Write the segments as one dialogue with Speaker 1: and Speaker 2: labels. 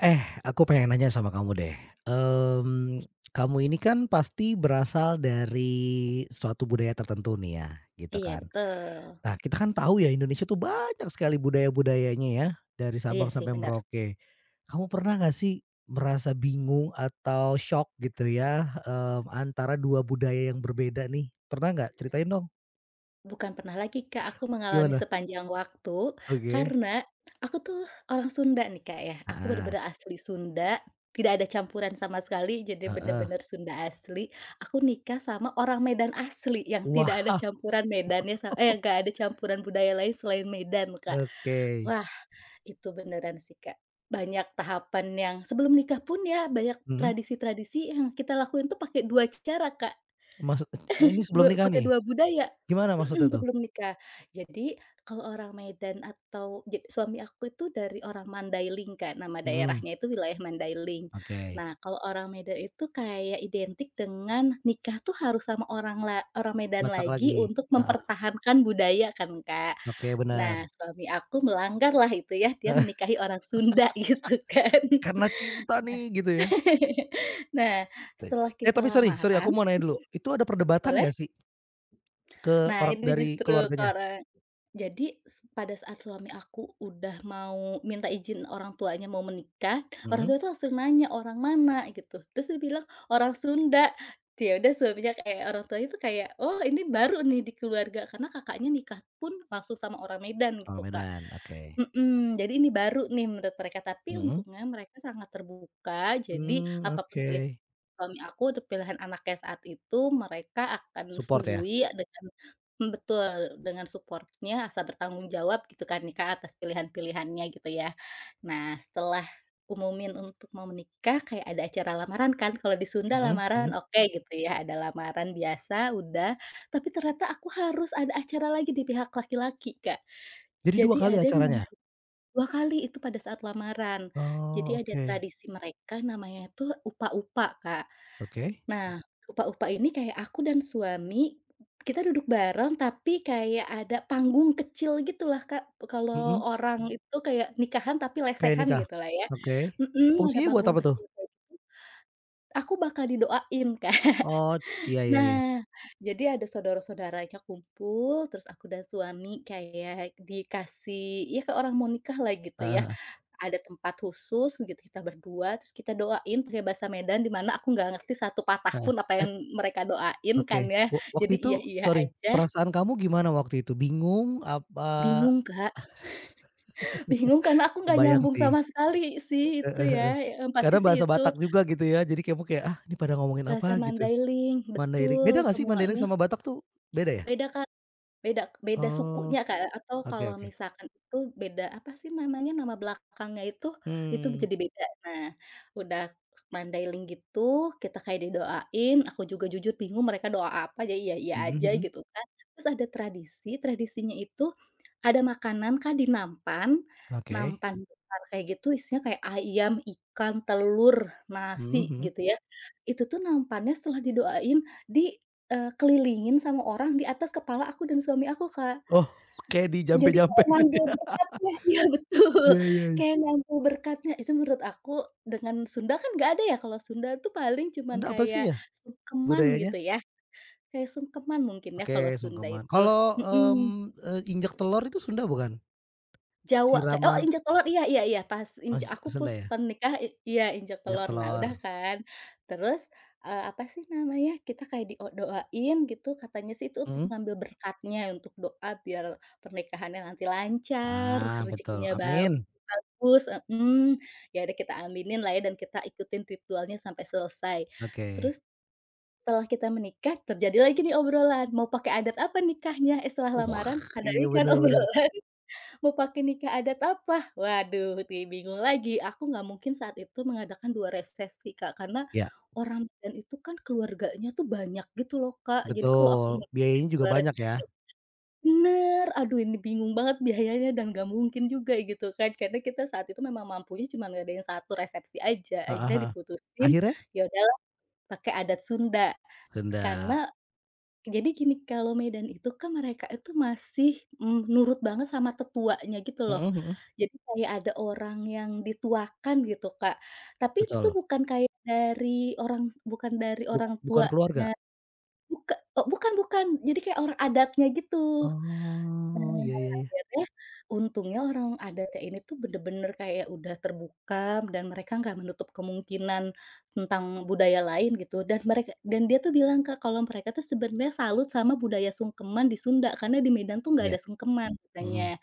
Speaker 1: Eh, aku pengen nanya sama kamu deh. Mmm, Kamu ini kan pasti berasal dari suatu budaya tertentu nih ya, gitu
Speaker 2: Iya
Speaker 1: kan.
Speaker 2: betul.
Speaker 1: Nah, kita kan tahu ya Indonesia tuh banyak sekali budaya-budayanya ya, dari
Speaker 2: Iya
Speaker 1: Sabang
Speaker 2: sih
Speaker 1: sampai
Speaker 2: benar.
Speaker 1: Merauke. Kamu pernah nggak sih merasa bingung atau shock gitu ya, antara 2 budaya yang berbeda nih? Pernah nggak? Ceritain dong,
Speaker 2: Bukan pernah lagi Kak, aku mengalami
Speaker 1: gimana?
Speaker 2: sepanjang waktu,
Speaker 1: Oke.
Speaker 2: karena aku tuh orang Sunda nih Kak ya, aku
Speaker 1: Ah,
Speaker 2: bener-bener asli Sunda, tidak ada campuran sama sekali, jadi
Speaker 1: heeh.
Speaker 2: bener-bener Sunda asli. Aku nikah sama orang Medan asli, yang tidak ada
Speaker 1: Wah,
Speaker 2: campuran nggak ada campuran budaya lain selain Medan Kak.
Speaker 1: oke.
Speaker 2: Wah, itu beneran sih Kak, banyak tahapan yang sebelum nikah pun ya, banyak
Speaker 1: Mhm,
Speaker 2: tradisi-tradisi yang kita lakuin tuh pakai 2 cara Kak.
Speaker 1: maksud ini sebelum nikah
Speaker 2: Pakai
Speaker 1: nih?
Speaker 2: dua budaya,
Speaker 1: Gimana
Speaker 2: mhm,
Speaker 1: maksudnya tuh?
Speaker 2: sebelum nikah. Jadi kalau orang Medan atau ja suami aku itu dari orang Mandailing Kak, nama
Speaker 1: Mhm,
Speaker 2: daerahnya itu wilayah Mandailing.
Speaker 1: oke.
Speaker 2: Nah, kalau orang Medan itu kayak identik dengan nikah tuh harus sama orang Medan
Speaker 1: Batak
Speaker 2: lagi
Speaker 1: lagi,
Speaker 2: untuk
Speaker 1: heeh,
Speaker 2: mempertahankan budaya kan Kak.
Speaker 1: oke bener.
Speaker 2: Nah, suami aku melanggar lah itu ya, dia
Speaker 1: Heeh,
Speaker 2: menikahi orang Sunda gitu kan.
Speaker 1: karena cinta
Speaker 2: Nah
Speaker 1: nih gitu ya.
Speaker 2: nah,
Speaker 1: Te
Speaker 2: setelah kita
Speaker 1: tapi sorry sorry aku
Speaker 2: lamaran
Speaker 1: mau nanya dulu, itu ada perdebatan
Speaker 2: boleh?
Speaker 1: nggak sih ke
Speaker 2: Nah,
Speaker 1: orang
Speaker 2: ini
Speaker 1: dari
Speaker 2: justru ke
Speaker 1: keluarganya?
Speaker 2: orang Jadi, pada saat suami aku udah mau minta izin orang tuanya mau menikah, orang
Speaker 1: Mhm,
Speaker 2: tua itu langsung nanya, "Orang mana?" Gitu. Terus dia bilang, "Orang Sunda." Dia udah suaminya kayak orang tuanya itu kayak, "Oh ini baru nih di keluarga," karena kakaknya nikah pun langsung sama orang Medan gitu,
Speaker 1: orang
Speaker 2: Kak.
Speaker 1: Medan, oke.
Speaker 2: Mhm, jadi ini baru nih menurut mereka, tapi
Speaker 1: Mhm,
Speaker 2: untungnya mereka sangat terbuka, jadi apapun
Speaker 1: oke.
Speaker 2: pilihan suami aku untuk pilihan anaknya saat itu, mereka akan
Speaker 1: Support ya?
Speaker 2: setujui dengan betul, dengan supportnya asal bertanggung jawab gitu kan ya, atas pilihan-pilihannya gitu ya. Nah, setelah umumin untuk mau menikah, kayak ada acara lamaran kan, kalau di Sunda
Speaker 1: Mhm
Speaker 2: lamaran
Speaker 1: mhm.
Speaker 2: oke gitu ya, ada lamaran biasa udah, tapi ternyata aku harus ada acara lagi di pihak laki-laki, Kak.
Speaker 1: Jadi 2
Speaker 2: Jadi
Speaker 1: kali
Speaker 2: ada nama
Speaker 1: acaranya?
Speaker 2: 2 kali itu pada saat lamaran. Jadi
Speaker 1: Oh,
Speaker 2: ada
Speaker 1: oke
Speaker 2: tradisi mereka namanya tuh upa-upa, Kak.
Speaker 1: oke,
Speaker 2: Nah, Upa-Upa ini kayak aku dan suami, kita duduk bareng tapi kayak ada panggung kecil gitulah, Kak. Kalau
Speaker 1: mhm,
Speaker 2: orang itu kayak nikahan tapi
Speaker 1: kayak
Speaker 2: lesehan
Speaker 1: nikah?
Speaker 2: gitulah ya.
Speaker 1: Oke.
Speaker 2: Mhm, ada
Speaker 1: Fungsinya buat
Speaker 2: panggung
Speaker 1: apa tuh?
Speaker 2: kecil kayak gitu. Aku bakal didoain, Kak.
Speaker 1: Oh, iya iya iya,
Speaker 2: Nah, jadi ada saudara-saudaranya kumpul, terus aku dan suami kayak dikasih ya kayak orang mau nikah lah gitu ya.
Speaker 1: heeh
Speaker 2: Ada tempat khusus gitu kita berdua, terus kita doain pakai bahasa Medan di mana aku nggak ngerti satu patah
Speaker 1: heeh
Speaker 2: pun apa yang
Speaker 1: heeh.
Speaker 2: mereka doain
Speaker 1: Oke,
Speaker 2: kan ya. Jadi
Speaker 1: waktu itu
Speaker 2: iya-iya
Speaker 1: sorry,
Speaker 2: aja,
Speaker 1: perasaan kamu gimana waktu itu? Bingung apa
Speaker 2: bingung Kak, bingung karena aku nggak
Speaker 1: kebayang
Speaker 2: nyambung
Speaker 1: sih,
Speaker 2: sama sekali sih itu
Speaker 1: heeh
Speaker 2: ya,
Speaker 1: heeh.
Speaker 2: yang pasti
Speaker 1: Karena
Speaker 2: sih
Speaker 1: bahasa
Speaker 2: itu
Speaker 1: Batak juga gitu ya, jadi kamu kayak, "Ah, ini pada ngomongin
Speaker 2: bahasa
Speaker 1: apa?" gitu.
Speaker 2: Mandailing,
Speaker 1: Mandailing
Speaker 2: betul
Speaker 1: beda nggak sih Mandailing
Speaker 2: semuanya
Speaker 1: sama Batak tuh, beda ya?
Speaker 2: beda Kak. Beda beda
Speaker 1: Oh,
Speaker 2: sukunya, Kak, atau
Speaker 1: oke
Speaker 2: kalau
Speaker 1: oke.
Speaker 2: misalkan itu beda apa sih namanya, nama belakangnya itu
Speaker 1: Mmm,
Speaker 2: jadi beda. Nah, udah mandailing gitu, kita kayak didoain, aku juga jujur bingung mereka doa apa, jadi iya-iya
Speaker 1: mhm
Speaker 2: aja
Speaker 1: mhm,
Speaker 2: gitu kan. Terus ada tradisi, tradisinya itu ada makanan, Kak, di nampan,
Speaker 1: oke,
Speaker 2: nampan besar kayak gitu isinya kayak ayam, ikan, telur,
Speaker 1: mhm
Speaker 2: nasi
Speaker 1: mhm.
Speaker 2: gitu ya. Itu tuh nampannya setelah didoain di kelilingin sama orang di atas kepala aku dan suami aku, Kak.
Speaker 1: Oh, kayak
Speaker 2: Jadi
Speaker 1: dijampe-jampe
Speaker 2: kayak
Speaker 1: gitu
Speaker 2: ngambil
Speaker 1: ya?
Speaker 2: berkatnya iya betul,
Speaker 1: Iya iya iya.
Speaker 2: kayak ngambil berkatnya. Itu menurut aku dengan Sunda kan nggak ada ya, kalau Sunda tuh paling cuman
Speaker 1: Sunda apa sih
Speaker 2: kayak
Speaker 1: ya
Speaker 2: sungkeman
Speaker 1: budayanya?
Speaker 2: gitu ya, kayak sungkeman mungkin ya
Speaker 1: Oke,
Speaker 2: kalau Sunda
Speaker 1: sungkeman.
Speaker 2: itu,
Speaker 1: Kalau,
Speaker 2: mhm.
Speaker 1: injak telor itu Sunda bukan?
Speaker 2: Jawa kayak oh
Speaker 1: Siraman
Speaker 2: injak telur iya iya iya, pas
Speaker 1: oh,
Speaker 2: inja
Speaker 1: S
Speaker 2: aku
Speaker 1: Sunda
Speaker 2: pus
Speaker 1: ya?
Speaker 2: pernikah i iya injak
Speaker 1: Injak
Speaker 2: telur Nah
Speaker 1: telor.
Speaker 2: udah kan, terus, apa sih namanya, kita kayak di o doain gitu, katanya sih itu untuk
Speaker 1: Mhm.
Speaker 2: ngambil berkatnya, untuk doa biar pernikahannya nanti lancar,
Speaker 1: Ah, betul,
Speaker 2: rezekinya bau
Speaker 1: amin,
Speaker 2: bagus mhm. Ya udah kita aminin lah ya dan kita ikutin ritualnya sampai selesai.
Speaker 1: oke.
Speaker 2: Terus setelah kita menikah, terjadi lagi nih obrolan, mau pakai adat apa nikahnya? Eh setelah
Speaker 1: Uh,
Speaker 2: lamaran, ada ini
Speaker 1: iya
Speaker 2: kan
Speaker 1: bener bener.
Speaker 2: obrolan. Mau pakai nikah adat apa? Waduh, bingung lagi. Aku nggak mungkin saat itu mengadakan 2 resepsi, Kak, karena
Speaker 1: Iya,
Speaker 2: orang Medan itu kan keluarganya tuh banyak gitu loh, Kak. Jadi kalau aku
Speaker 1: betul,
Speaker 2: ngadain
Speaker 1: biayanya juga
Speaker 2: 2
Speaker 1: banyak ya.
Speaker 2: resepsi bener, aduh ini bingung banget biayanya dan nggak mungkin juga gitu kan, karena kita saat itu memang mampunya cuma ngadain satu resepsi aja.
Speaker 1: Heeh
Speaker 2: Akhirnya
Speaker 1: heeh.
Speaker 2: diputusin,
Speaker 1: Akhirnya?
Speaker 2: ya udahlah pakai adat Sunda. Karena
Speaker 1: Tunda.
Speaker 2: jadi gini, kalau Medan itu kan mereka itu masih, nurut banget sama tetuanya gitu loh.
Speaker 1: Mhm mhm.
Speaker 2: Jadi kayak ada orang yang dituakan gitu, Kak. Tapi itu tuh
Speaker 1: Betul,
Speaker 2: bukan kayak dari orang bukan dari orang
Speaker 1: bukan
Speaker 2: tuanya
Speaker 1: keluarga.
Speaker 2: bukan bukan, jadi kayak orang adatnya gitu.
Speaker 1: Oh,
Speaker 2: Nah,
Speaker 1: iya iya iya.
Speaker 2: akhirnya untungnya orang adatnya ini tuh bener-bener kayak udah terbuka dan mereka nggak menutup kemungkinan tentang budaya lain gitu dan dia tuh bilang, Kak, kalau mereka tuh sebenarnya salut sama budaya sungkeman di Sunda karena di Medan tuh nggak
Speaker 1: Iya,
Speaker 2: ada sungkeman katanya.
Speaker 1: mhm,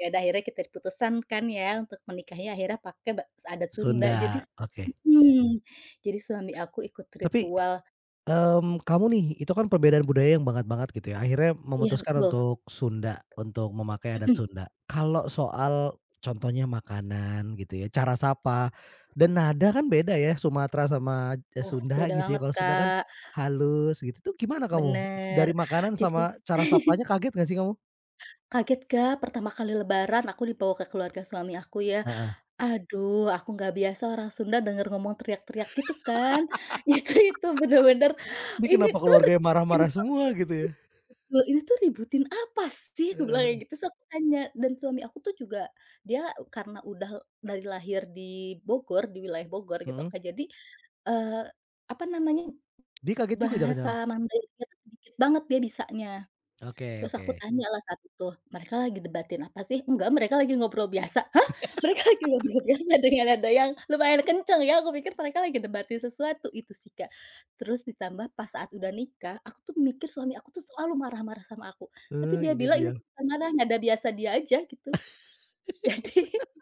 Speaker 2: Ya udah akhirnya kita diputuskan kan ya untuk menikahnya akhirnya pakai adat Sunda jadi
Speaker 1: Sunda, oke.
Speaker 2: mhm, jadi suami aku ikut
Speaker 1: Tapi
Speaker 2: ritual
Speaker 1: Kamu nih, itu kan perbedaan budaya yang banget banget gitu ya, akhirnya
Speaker 2: iya
Speaker 1: memutuskan
Speaker 2: betul,
Speaker 1: untuk Sunda, untuk memakai adat
Speaker 2: mhm,
Speaker 1: Sunda. Kalau soal contohnya makanan gitu ya, cara sapa dan nada kan beda ya Sumatera sama,
Speaker 2: oh
Speaker 1: Sunda
Speaker 2: beda
Speaker 1: gitu ya,
Speaker 2: banget,
Speaker 1: kalau Sunda kan
Speaker 2: Kak,
Speaker 1: halus gitu, itu gimana kamu?
Speaker 2: bener
Speaker 1: Dari makanan
Speaker 2: jadi
Speaker 1: sama cara sapanya kaget nggak sih kamu?
Speaker 2: Kaget, Kak, pertama kali lebaran aku dibawa ke keluarga suami aku ya.
Speaker 1: Heeh.
Speaker 2: Aduh, aku nggak biasa orang Sunda denger ngomong teriak-teriak gitu kan. Itu bener-bener,
Speaker 1: Ini
Speaker 2: "Ini
Speaker 1: kenapa
Speaker 2: tuh
Speaker 1: keluarganya
Speaker 2: ributin
Speaker 1: marah-marah
Speaker 2: apa?
Speaker 1: semua gitu ya?
Speaker 2: Ini tuh ributin apa sih?" Aku
Speaker 1: Heeh
Speaker 2: bilang kayak
Speaker 1: heeh.
Speaker 2: gitu, terus aku tanya dan suami aku tuh juga dia karena udah dari lahir di Bogor, di wilayah Bogor gitu,
Speaker 1: Mhm,
Speaker 2: Kak. Jadi, eee, apa namanya,
Speaker 1: dia kaget juga
Speaker 2: bahasa
Speaker 1: jangan-jangan?
Speaker 2: Mandarinnya tuh sedikit banget dia bisanya.
Speaker 1: Oke
Speaker 2: Terus aku
Speaker 1: oke.
Speaker 2: tanya lah saat itu, "Mereka lagi debatin apa sih?" "Enggak, mereka lagi ngobrol biasa." "Hah? Mereka lagi ngobrol biasa dengan ada yang lumayan kenceng ya, aku pikir mereka lagi debatin sesuatu, itu sih, Kak. Terus ditambah pas saat udah nikah, aku tuh mikir suami aku tuh selalu marah-marah sama aku, tapi
Speaker 1: Eee,
Speaker 2: dia
Speaker 1: ini
Speaker 2: bilang, "Ini
Speaker 1: dia.
Speaker 2: tuh bukan marah, nada biasa dia aja," gitu. Jadi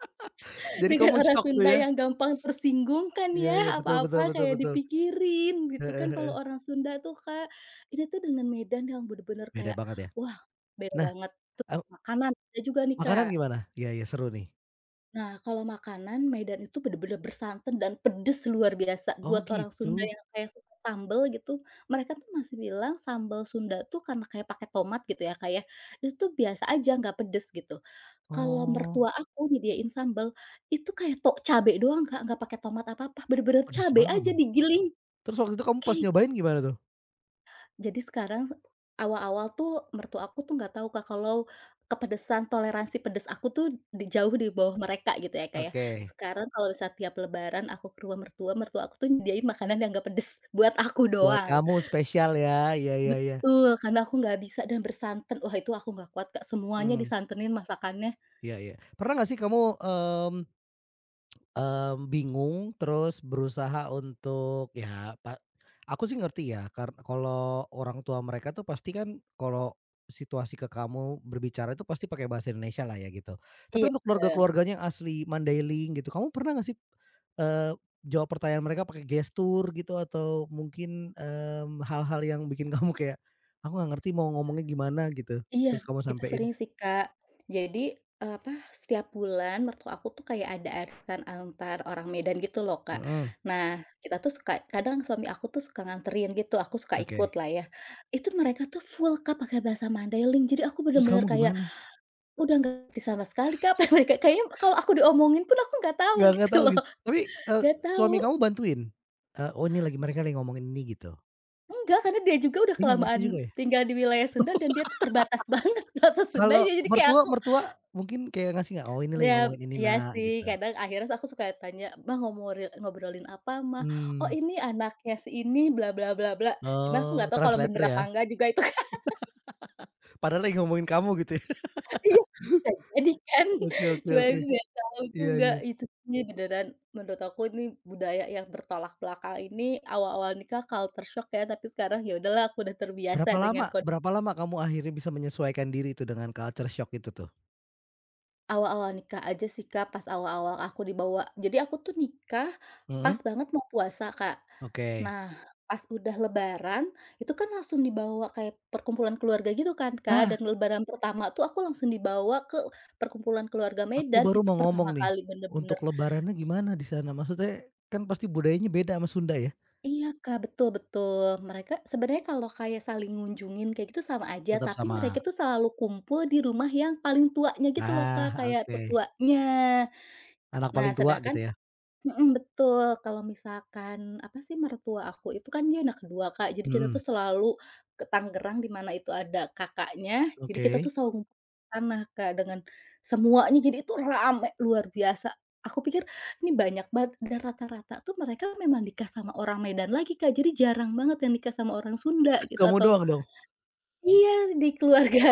Speaker 1: Jadi
Speaker 2: dengan
Speaker 1: kamu
Speaker 2: orang
Speaker 1: syok tuh
Speaker 2: Sunda
Speaker 1: ya?
Speaker 2: yang gampang tersinggung kan
Speaker 1: Iya
Speaker 2: ya,
Speaker 1: iya, betul
Speaker 2: apa-apa
Speaker 1: betul betul
Speaker 2: kayak
Speaker 1: betul.
Speaker 2: dipikirin gitu kan
Speaker 1: Heeh
Speaker 2: kalau
Speaker 1: heeh.
Speaker 2: orang Sunda tuh, Kak. Ini tuh dengan Medan yang bener-bener
Speaker 1: Beda
Speaker 2: kayak,
Speaker 1: banget ya.
Speaker 2: wah beda
Speaker 1: Nah,
Speaker 2: banget. Terus
Speaker 1: eee,
Speaker 2: makanan ada juga nih,
Speaker 1: makanan
Speaker 2: Kak.
Speaker 1: gimana? Iya iya, seru nih.
Speaker 2: Nah, kalau makanan Medan itu bener-bener bersantan dan pedes luar biasa.
Speaker 1: Oh
Speaker 2: Buat orang Sunda
Speaker 1: gitu.
Speaker 2: yang kayak suka sambel gitu, mereka tuh masih bilang sambal Sunda tuh karena kayak pakai tomat gitu ya, kayak itu tuh biasa aja nggak pedes gitu. Kalau
Speaker 1: Oh,
Speaker 2: mertua aku nyediain sambel, itu kayak tok cabe doang, Kak, nggak pakai tomat apa-apa, bener-bener
Speaker 1: pedes
Speaker 2: cabe
Speaker 1: banget
Speaker 2: aja
Speaker 1: dong.
Speaker 2: digiling,
Speaker 1: Terus waktu itu kamu pas
Speaker 2: kayak
Speaker 1: nyobain gimana tuh?
Speaker 2: jadi sekarang, awal-awal tuh mertua aku tuh nggak tahu Kak, kalau kepedesan, toleransi pedes aku tuh di jauh di bawah mereka gitu ya Kak ya.
Speaker 1: Oke,
Speaker 2: Sekarang kalau misalnya tiap lebaran aku ke rumah mertua, mertua aku tuh nyediain makanan yang nggak pedes buat aku
Speaker 1: buat
Speaker 2: doang.
Speaker 1: kamu spesial ya. Iya iya iya.
Speaker 2: Betul, karena aku nggak bisa dan bersantan. Wah itu aku nggak kuat Kak, semuanya
Speaker 1: Mmm,
Speaker 2: disantenin masakannya.
Speaker 1: iya iya. Pernah nggak sih kamu, mmm bingung terus berusaha untuk ya Pak aku sih ngerti ya karena kalau orang tua mereka tuh pasti kan kalau situasi ke kamu berbicara itu pasti pakai bahasa Indonesia lah ya gitu. Tapi
Speaker 2: Iya.
Speaker 1: untuk keluarga-keluarganya yang asli Mandailing gitu, kamu pernah nggak sih, eee, jawab pertanyaan mereka pakai gestur gitu atau mungkin, hal-hal yang bikin kamu kayak, "Aku nggak ngerti mau ngomongnya gimana?" Gitu,
Speaker 2: Iya,
Speaker 1: terus kamu
Speaker 2: itu
Speaker 1: sampein?
Speaker 2: sering sih, Kak. Jadi, apa, setiap bulan mertua aku tuh kayak ada arisan antar orang Medan gitu loh, Kak.
Speaker 1: Mhm,
Speaker 2: Nah, kita tuh suka kadang suami aku tuh suka nganterin gitu, aku suka ikut
Speaker 1: oke.
Speaker 2: lah ya. Itu mereka tuh full, Kak, pakai bahasa Mandailing. Jadi aku
Speaker 1: Terus
Speaker 2: bener-bener
Speaker 1: kamu
Speaker 2: kayak
Speaker 1: gimana?
Speaker 2: udah nggak ngerti sama sekali, Kak, apa yang mereka kayaknya kalau aku diomongin pun aku nggak tahu
Speaker 1: Nggak nggak
Speaker 2: gitu
Speaker 1: tahu
Speaker 2: loh,
Speaker 1: gitu. Tapi, eee,
Speaker 2: nggak tahu.
Speaker 1: suami kamu bantuin? Eee, "Oh ini lagi mereka lagi ngomongin ini," gitu?
Speaker 2: Enggak, karena dia juga udah
Speaker 1: Dia nggak ngerti
Speaker 2: kelamaan
Speaker 1: juga ya?
Speaker 2: tinggal di wilayah Sunda dan dia tuh terbatas banget bahasa
Speaker 1: Kalau
Speaker 2: Sundanya, jadi kayak
Speaker 1: mertua
Speaker 2: aku
Speaker 1: mertua mungkin kayak ngasih nggak, "Oh ini lagi
Speaker 2: Dap
Speaker 1: ngomongin ini
Speaker 2: ya
Speaker 1: nak,"
Speaker 2: sih,
Speaker 1: gitu?
Speaker 2: kadang akhirnya aku suka tanya, mah ngobrolin apa, mah "Oh,
Speaker 1: Mmm,
Speaker 2: ini anaknya si ini bla bla bla bla." Cuma aku
Speaker 1: oh
Speaker 2: nggak tahu kalau bener
Speaker 1: translator ya?
Speaker 2: apa enggak juga itu kan
Speaker 1: Padahal lagi ngomongin kamu gitu ya?
Speaker 2: iya, bisa jadi kan.
Speaker 1: Oke oke
Speaker 2: Cuma
Speaker 1: oke.
Speaker 2: aku nggak tahu
Speaker 1: Iya
Speaker 2: juga
Speaker 1: iya.
Speaker 2: itu sih beneran menurut aku ini budaya yang bertolak belakang ini awal-awal nikah culture shock ya, tapi sekarang ya udahlah aku udah terbiasa
Speaker 1: Berapa
Speaker 2: dengan
Speaker 1: lama
Speaker 2: kon
Speaker 1: berapa lama kamu akhirnya bisa menyesuaikan diri itu dengan culture shock itu tuh?
Speaker 2: Awal-awal nikah aja sih, Kak, pas awal-awal aku dibawa jadi aku tuh nikah pas
Speaker 1: Mhm,
Speaker 2: banget mau puasa, Kak.
Speaker 1: oke.
Speaker 2: Nah, pas udah lebaran, itu kan langsung dibawa kayak perkumpulan keluarga gitu kan, Kak,
Speaker 1: Nah,
Speaker 2: dan lebaran pertama tuh aku langsung dibawa ke perkumpulan keluarga
Speaker 1: aku
Speaker 2: Medan,
Speaker 1: baru
Speaker 2: itu
Speaker 1: mau
Speaker 2: pertama
Speaker 1: ngomong nih,
Speaker 2: kali
Speaker 1: untuk
Speaker 2: bener-bener
Speaker 1: lebarannya gimana di sana? Maksudnya kan pasti budayanya beda sama Sunda ya?
Speaker 2: iya, Kak, betul betul. Mereka sebenarnya kalau kayak saling ngunjungin kayak gitu sama aja,
Speaker 1: Tetap
Speaker 2: tapi mereka
Speaker 1: sama?
Speaker 2: tuh selalu kumpul di rumah yang paling tuanya gitu loh,
Speaker 1: Nah,
Speaker 2: Kak, kayak
Speaker 1: oke.
Speaker 2: tetuanya.
Speaker 1: Anak
Speaker 2: Nah,
Speaker 1: paling tua
Speaker 2: sedangkan
Speaker 1: gitu ya?
Speaker 2: Mhm, betul. Kalau misalkan, apa sih, mertua aku itu kan dia anak kedua, Kak. Jadi kita
Speaker 1: Mhm,
Speaker 2: tuh selalu ke Tangerang di mana itu ada kakaknya, jadi kita
Speaker 1: oke.
Speaker 2: tuh selalu ngumpul di sana, Kak, dengan semuanya, jadi itu rame luar biasa. Aku pikir ini banyak banget dan rata-rata tuh mereka memang nikah sama orang Medan lagi, Kak. Jadi jarang banget yang nikah sama orang Sunda gitu
Speaker 1: Kamu
Speaker 2: atau
Speaker 1: doang dong.
Speaker 2: Iya, di keluarga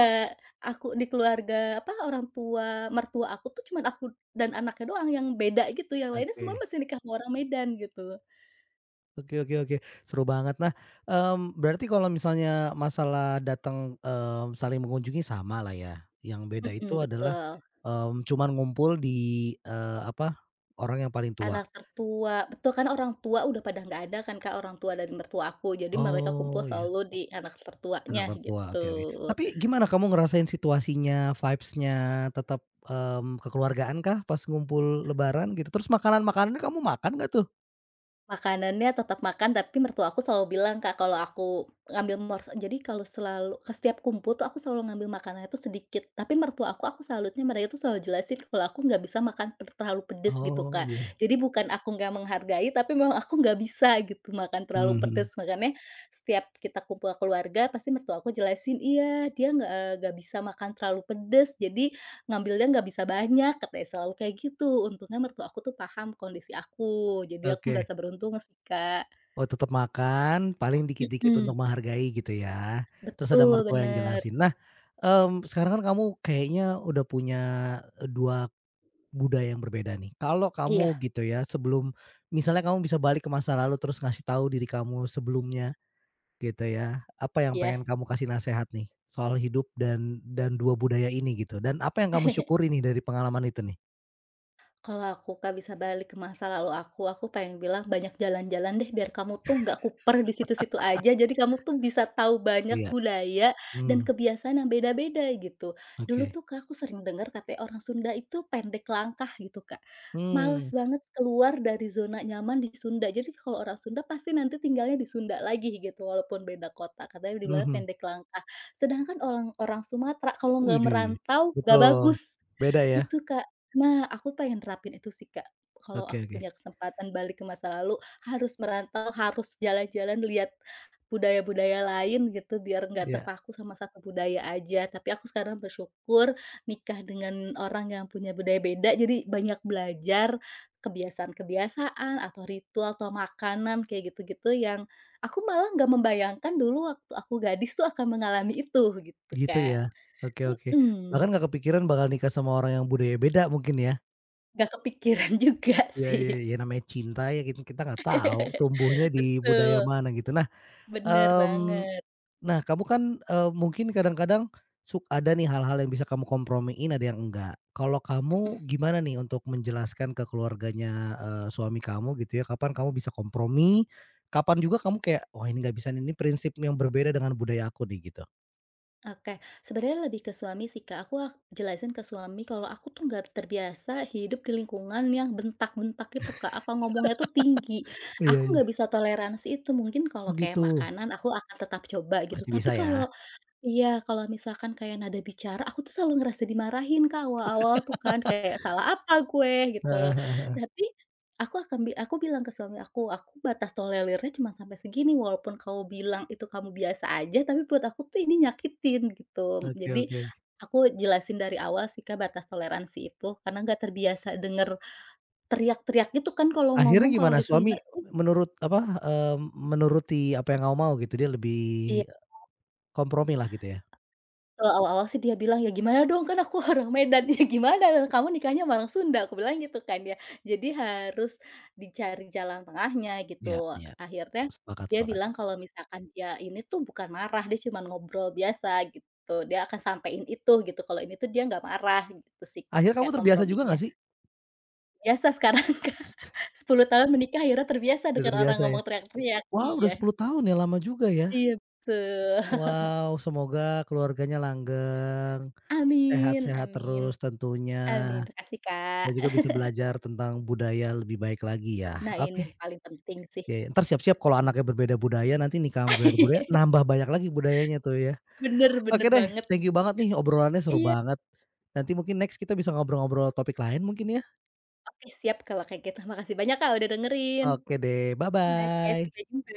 Speaker 2: aku di keluarga, apa, orang tua mertua aku tuh cuman aku dan anaknya doang yang beda gitu, yang lainnya semua
Speaker 1: Oke.
Speaker 2: masih nikah sama orang Medan gitu.
Speaker 1: Oke oke oke, seru banget. Nah, berarti kalau misalnya masalah datang, saling mengunjungi sama lah ya, yang beda
Speaker 2: Mhm,
Speaker 1: itu adalah,
Speaker 2: betul.
Speaker 1: cuman ngumpul di, apa, orang yang paling tua.
Speaker 2: Anak tertua betul, kan orang tua udah pada nggak ada kan Kak, orang tua dari mertua aku, jadi mereka kumpul
Speaker 1: Oh, iya,
Speaker 2: selalu di anak tertuanya
Speaker 1: anak tertua,
Speaker 2: gitu.
Speaker 1: oke oke. Tapi gimana kamu ngerasain situasinya, vibes-nya, tetap, kekeluargaan kah pas ngumpul lebaran gitu? Terus makanan-makanannya kamu makan nggak tuh?
Speaker 2: Makanannya tetap makan, tapi mertua aku selalu bilang, Kak, kalau aku ngambil mors jadi kalau selalu ke setiap kumpul tuh aku selalu ngambil makanan itu sedikit, tapi mertua aku salutnya mereka tuh selalu jelasin kalau aku nggak bisa makan terlalu pedes gitu,
Speaker 1: Oh,
Speaker 2: Kak.
Speaker 1: iya.
Speaker 2: Jadi bukan aku nggak menghargai, tapi memang aku nggak bisa gitu makan terlalu
Speaker 1: Mhm,
Speaker 2: pedes, makanya setiap kita kumpul keluarga pasti mertua aku jelasin, "Iya, dia nggak, eh, nggak bisa makan terlalu pedes, jadi Ngambilnya nggak bisa banyak katanya selalu kayak gitu, untungnya mertua aku tuh paham kondisi aku, jadi aku
Speaker 1: oke.
Speaker 2: merasa beruntung sih, Kak.
Speaker 1: Oh, tetap makan, paling dikit-dikit untuk
Speaker 2: Mhm.
Speaker 1: menghargai gitu ya. Terus ada
Speaker 2: Betul,
Speaker 1: mertua yang
Speaker 2: bener.
Speaker 1: jelasin. Nah, sekarang kan kamu kayaknya udah punya, 2 budaya yang berbeda nih. Kalau kamu
Speaker 2: Iya
Speaker 1: gitu ya, sebelum misalnya kamu bisa balik ke masa lalu terus ngasih tahu diri kamu sebelumnya gitu ya, apa yang pengen
Speaker 2: iya.
Speaker 1: kamu kasih nasehat nih soal hidup dan 2 budaya ini gitu? Dan apa yang kamu syukuri nih dari pengalaman itu nih?
Speaker 2: Kalau aku, Kak, bisa balik ke masa lalu aku pengen bilang, "Banyak jalan-jalan deh, biar kamu tuh nggak kuper di situ-situ aja. Jadi kamu tuh bisa tahu banyak
Speaker 1: Iya,
Speaker 2: budaya dan
Speaker 1: mmm,
Speaker 2: kebiasaan yang beda-beda," gitu. Dulu
Speaker 1: oke.
Speaker 2: tuh, Kak, aku sering dengar katanya orang Sunda itu pendek langkah gitu, Kak. Males
Speaker 1: Mmm,
Speaker 2: banget keluar dari zona nyaman di Sunda. Jadi kalau orang Sunda pasti nanti tinggalnya di Sunda lagi gitu, walaupun beda kota. Katanya dibilangnya
Speaker 1: mhm.
Speaker 2: pendek langkah. Sedangkan orang orang Sumatera kalau nggak
Speaker 1: Widih,
Speaker 2: merantau, nggak
Speaker 1: betul,
Speaker 2: bagus.
Speaker 1: beda ya?
Speaker 2: Itu, Kak. Nah, aku pengen nerapin itu sih, Kak. Kalau
Speaker 1: Oke
Speaker 2: aku
Speaker 1: oke,
Speaker 2: punya kesempatan balik ke masa lalu, harus merantau, harus jalan-jalan, lihat budaya-budaya lain gitu, biar nggak
Speaker 1: iya,
Speaker 2: terpaku sama satu budaya aja. Tapi aku sekarang bersyukur nikah dengan orang yang punya budaya beda, jadi banyak belajar kebiasaan-kebiasaan, atau ritual, atau makanan, kayak gitu-gitu yang aku malah nggak membayangkan dulu waktu aku gadis tuh akan mengalami itu, gitu,
Speaker 1: gitu ya?
Speaker 2: Kak.
Speaker 1: Oke oke,
Speaker 2: Mhm.
Speaker 1: bahkan nggak kepikiran bakal nikah sama orang yang budaya beda mungkin ya?
Speaker 2: Nggak kepikiran juga
Speaker 1: Iya
Speaker 2: sih.
Speaker 1: iya iya, namanya cinta ya kita kita nggak tahu tumbuhnya di budaya
Speaker 2: Betul,
Speaker 1: mana gitu. Nah,
Speaker 2: bener
Speaker 1: mmm
Speaker 2: banget,
Speaker 1: Nah, kamu kan, mungkin kadang-kadang ada nih hal-hal yang bisa kamu kompromiin, ada yang enggak. Kalau kamu
Speaker 2: mhm,
Speaker 1: gimana nih untuk menjelaskan ke keluarganya, suami kamu gitu ya, kapan kamu bisa kompromi, kapan juga kamu kayak, "Wah ini nggak bisa nih, ini prinsip yang berbeda dengan budaya aku nih," gitu?
Speaker 2: oke. Sebenarnya lebih ke suami sih, Kak, aku jelasin ke suami kalau aku tuh nggak terbiasa hidup di lingkungan yang bentak-bentak itu, Kak, apa ngomongnya tuh tinggi.
Speaker 1: Iya
Speaker 2: Aku nggak
Speaker 1: iya.
Speaker 2: bisa toleransi itu, mungkin kalau
Speaker 1: Oh
Speaker 2: kayak
Speaker 1: gitu,
Speaker 2: makanan aku akan tetap coba gitu,
Speaker 1: masih
Speaker 2: tapi
Speaker 1: bisa ya?
Speaker 2: kalau Iya, kalau misalkan kayak nada bicara, aku tuh selalu ngerasa dimarahin, Kak, awal-awal tuh kan, kayak, "Salah apa gue?" Gitu.
Speaker 1: Heeh.
Speaker 2: Tapi aku akan bi aku bilang ke suami aku, "Aku batas tolerirnya cuma sampai segini, walaupun kamu bilang itu kamu biasa aja, tapi buat aku tuh ini nyakitin," gitu.
Speaker 1: Oke
Speaker 2: Jadi
Speaker 1: oke.
Speaker 2: aku jelasin dari awal sih, Kak, batas toleransi itu, karena nggak terbiasa denger teriak-teriak gitu kan kalau
Speaker 1: Akhirnya
Speaker 2: ngomong, kalau
Speaker 1: gimana?
Speaker 2: di Sunda.
Speaker 1: Suami menurut apa, eee, menuruti apa yang kamu mau gitu? Dia lebih
Speaker 2: Iya.
Speaker 1: kompromi lah gitu ya?
Speaker 2: Awal-awal sih dia bilang, "Ya gimana dong, kan aku orang Medan, ya gimana dong kamu nikahnya sama orang Sunda," aku bilang gitu kan ya. Jadi harus dicari jalan tengahnya
Speaker 1: Ya
Speaker 2: gitu.
Speaker 1: ya,
Speaker 2: Akhirnya
Speaker 1: sepakat
Speaker 2: dia
Speaker 1: sepakat.
Speaker 2: bilang kalau misalkan dia ini tuh bukan marah, dia cuman ngobrol biasa gitu, dia akan sampein itu gitu, kalau ini tuh dia nggak marah gitu sih,
Speaker 1: Akhirnya kamu
Speaker 2: kayak
Speaker 1: terbiasa juga
Speaker 2: komprominya.
Speaker 1: nggak sih?
Speaker 2: Biasa sekarang Kak, 10 tahun menikah akhirnya terbiasa
Speaker 1: Udah
Speaker 2: dengan orang
Speaker 1: terbiasa ya?
Speaker 2: ngomong teriak-teriak.
Speaker 1: Wah, udah
Speaker 2: Iya
Speaker 1: 10 tahun ya, lama juga ya.
Speaker 2: iya betul.
Speaker 1: Wow, semoga keluarganya langgeng,
Speaker 2: Amin
Speaker 1: sehat-sehat
Speaker 2: amin
Speaker 1: terus tentunya,
Speaker 2: amin. Makasih Kak.
Speaker 1: dan juga bisa belajar tentang budaya lebih baik lagi ya.
Speaker 2: Nah ini
Speaker 1: Oke,
Speaker 2: paling penting sih.
Speaker 1: ya ya, entar siap-siap kalau anaknya berbeda budaya, nanti nikah sama berbeda budaya, nambah banyak lagi budayanya tuh ya.
Speaker 2: Bener
Speaker 1: Oke
Speaker 2: bener
Speaker 1: deh,
Speaker 2: banget.
Speaker 1: thank you banget nih obrolannya seru
Speaker 2: Iya.
Speaker 1: banget. Nanti mungkin next kita bisa ngobrol-ngobrol topik lain mungkin ya?
Speaker 2: Oke siap kalau kayak gitu. Makasih banyak Kak udah dengerin.
Speaker 1: Oke deh,
Speaker 2: Oke,
Speaker 1: bye-bye.
Speaker 2: sampai jumpa.